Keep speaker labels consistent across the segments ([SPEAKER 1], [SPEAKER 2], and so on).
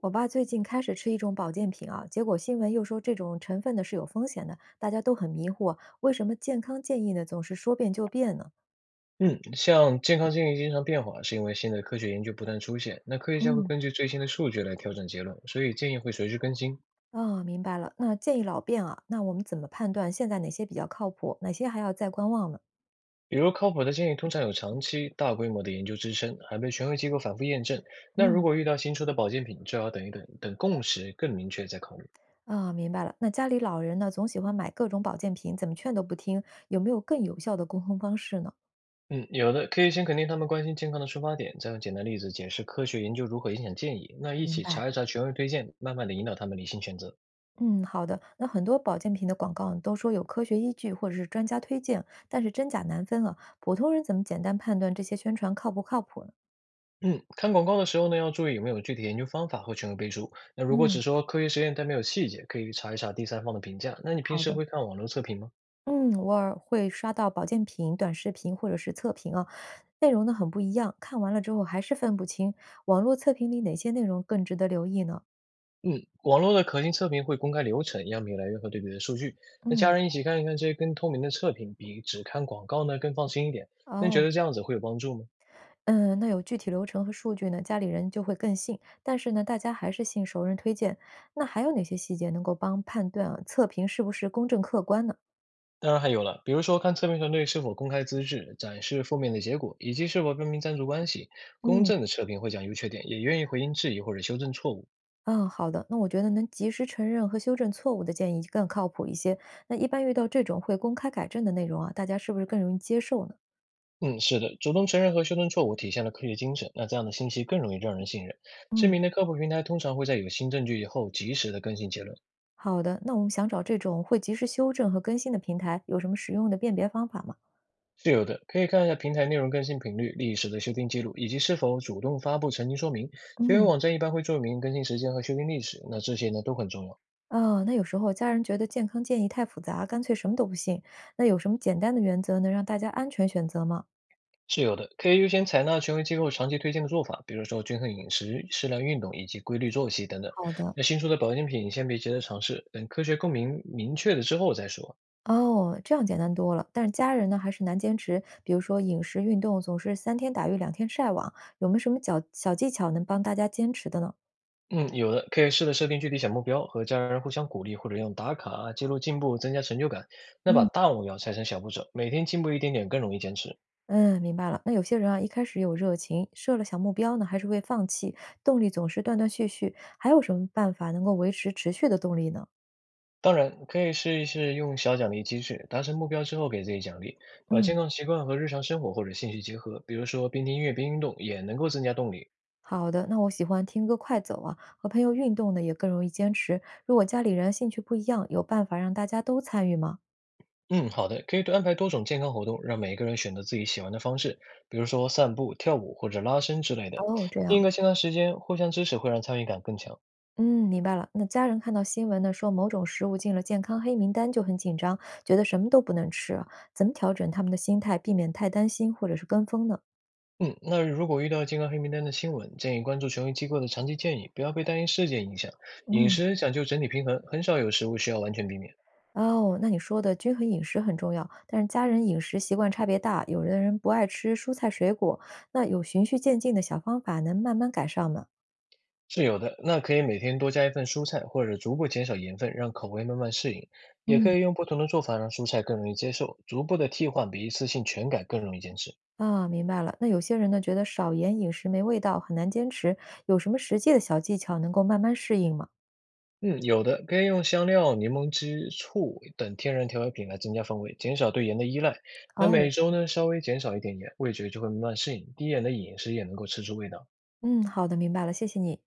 [SPEAKER 1] 我爸最近开始吃一种保健品啊，结果新闻又说这种成分呢是有风险的，大家都很迷惑啊，为什么健康建议呢总是说变就变呢？
[SPEAKER 2] 嗯，像健康建议经常变化，是因为新的科学研究不断出现，那科学家会
[SPEAKER 1] 嗯，
[SPEAKER 2] 根据最新的数据来调整结论，所以建议会随之更新。
[SPEAKER 1] 啊、明白了，那建议老变啊，那我们怎么判断现在哪些比较靠谱，哪些还要再观望呢？
[SPEAKER 2] 比如靠谱的建议通常有长期大规模的研究支撑，还被权威机构反复验证。那如
[SPEAKER 1] 嗯，
[SPEAKER 2] 果遇到新出的保健品，最好等一等，等共识更明确再考虑。
[SPEAKER 1] 啊、明白了，那家里老人呢总喜欢买各种保健品，怎么劝都不听，有没有更有效的沟通方式呢？
[SPEAKER 2] 嗯，有的可以先肯定他们关心健康的出发点，再用简单例子解释科学研究如何影响建议，那一
[SPEAKER 1] 明
[SPEAKER 2] 起
[SPEAKER 1] 白。
[SPEAKER 2] 查一查权威推荐，慢慢的引导他们理性选择。
[SPEAKER 1] 嗯，好的。那很多保健品的广告都说有科学依据或者是专家推荐，但是真假难分啊。普通人怎么简单判断这些宣传靠不靠谱呢？
[SPEAKER 2] 嗯，看广告的时候呢，要注意有没有具体研究方法和权威背书。那如果
[SPEAKER 1] 嗯，
[SPEAKER 2] 只说科学实验但没有细节，可以查一查第三方的评价。那你平
[SPEAKER 1] 好
[SPEAKER 2] 时
[SPEAKER 1] 的。
[SPEAKER 2] 会看网络测评吗？
[SPEAKER 1] 嗯，偶尔会刷到保健品短视频或者是测评啊，内容呢很不一样，看完了之后还是分不清网络测评里哪些内容更值得留意呢？
[SPEAKER 2] 嗯，网络的可信测评会公开流程、样品来源和对比的数据。那家
[SPEAKER 1] 嗯，
[SPEAKER 2] 人一起看一看这些更透明的测评，比只看广告呢更放心一点。那你觉
[SPEAKER 1] 哦。
[SPEAKER 2] 得这样子会有帮助吗？
[SPEAKER 1] 嗯，那有具体流程和数据呢，家里人就会更信。但是呢，大家还是信熟人推荐。那还有哪些细节能够帮判断啊测评是不是公正客观呢？
[SPEAKER 2] 当然还有了，比如说看测评团队是否公开资质、展示负面的结果，以及是否标明赞助关系。公
[SPEAKER 1] 嗯，
[SPEAKER 2] 正的测评会讲优缺点，也愿意回应质疑或者修正错误。
[SPEAKER 1] 啊，好的。那我觉得能及时承认和修正错误的建议更靠谱一些。那一般遇到这种会公开改正的内容啊，大家是不是更容易接受呢？
[SPEAKER 2] 嗯，是的，主动承认和修正错误体现了科学精神，那这样的信息更容易让人信任。知
[SPEAKER 1] 嗯，
[SPEAKER 2] 名的科普平台通常会在有新证据以后及时的更新结论。
[SPEAKER 1] 好的，那我们想找这种会及时修正和更新的平台，有什么实用的辨别方法吗？
[SPEAKER 2] 是有的，可以看一下平台内容更新频率、历史的修订记录，以及是否主动发布澄清说明。权威
[SPEAKER 1] 嗯，
[SPEAKER 2] 网站一般会注明更新时间和修订历史，那这些呢都很重要。
[SPEAKER 1] 哦，那有时候家人觉得健康建议太复杂，干脆什么都不信。那有什么简单的原则能让大家安全选择吗？
[SPEAKER 2] 是有的，可以优先采纳权威机构长期推荐的做法，比如说均衡饮食、适量运动以及规律作息等等。
[SPEAKER 1] 好的，
[SPEAKER 2] 那新出的保健品先别急着尝试，等科学共鸣明确了之后再说。
[SPEAKER 1] 哦，这样简单多了。但是家人呢，还是难坚持。比如说饮食、运动，总是三天打鱼两天晒网，有没有什么小小技巧能帮大家坚持的呢？
[SPEAKER 2] 嗯，有的，可以试着设定具体小目标，和家人互相鼓励，或者用打卡啊记录进步，增加成就感。那把
[SPEAKER 1] 嗯
[SPEAKER 2] 大目标拆成小步骤，每天进步一点点更容易坚持。
[SPEAKER 1] 嗯，明白了。那有些人啊，一开始有热情，设了小目标呢，还是会放弃，动力总是断断续续。还有什么办法能够维持持续的动力呢？
[SPEAKER 2] 当然，可以试一试用小奖励机制，达成目标之后给自己奖励，把健
[SPEAKER 1] 嗯。
[SPEAKER 2] 康习惯和日常生活或者兴趣结合，比如说边听音乐边运动，也能够增加动力。
[SPEAKER 1] 好的，那我喜欢听歌快走啊，和朋友运动呢也更容易坚持。如果家里人兴趣不一样，有办法让大家都参与吗？
[SPEAKER 2] 嗯，好的，可以多安排多种健康活动，让每一个人选择自己喜欢的方式，比如说散步、跳舞或者拉伸之类的。
[SPEAKER 1] 哦，这
[SPEAKER 2] 定一
[SPEAKER 1] 样，
[SPEAKER 2] 个健康时间，互相支持会让参与感更强。
[SPEAKER 1] 嗯，明白了。那家人看到新闻呢，说某种食物进了健康黑名单就很紧张，觉得什么都不能吃啊怎么调整他们的心态，避免太担心或者是跟风呢？
[SPEAKER 2] 嗯，那如果遇到健康黑名单的新闻，建议关注权威机构的长期建议，不要被单一事件影响。饮
[SPEAKER 1] 嗯。
[SPEAKER 2] 食讲究整体平衡，很少有食物需要完全避免。
[SPEAKER 1] 哦，那你说的均衡饮食很重要，但是家人饮食习惯差别大，有的人不爱吃蔬菜水果，那有循序渐进的小方法能慢慢改善吗？
[SPEAKER 2] 是有的，那可以每天多加一份蔬菜，或者逐步减少盐分，让口味慢慢适应。也可
[SPEAKER 1] 嗯，
[SPEAKER 2] 以用不同的做法让蔬菜更容易接受，逐步的替换比一次性全改更容易坚持。
[SPEAKER 1] 啊，明白了。那有些人呢，觉得少盐饮食没味道，很难坚持。有什么实际的小技巧能够慢慢适应吗？
[SPEAKER 2] 嗯，有的，可以用香料、柠檬汁、醋等天然调味品来增加风味，减少对盐的依赖。那每
[SPEAKER 1] 哦，
[SPEAKER 2] 周呢，稍微减少一点盐，味觉就会慢慢适应，低盐的饮食也能够吃出味道。
[SPEAKER 1] 嗯，好的，明白了，谢谢你。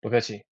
[SPEAKER 2] 不客气。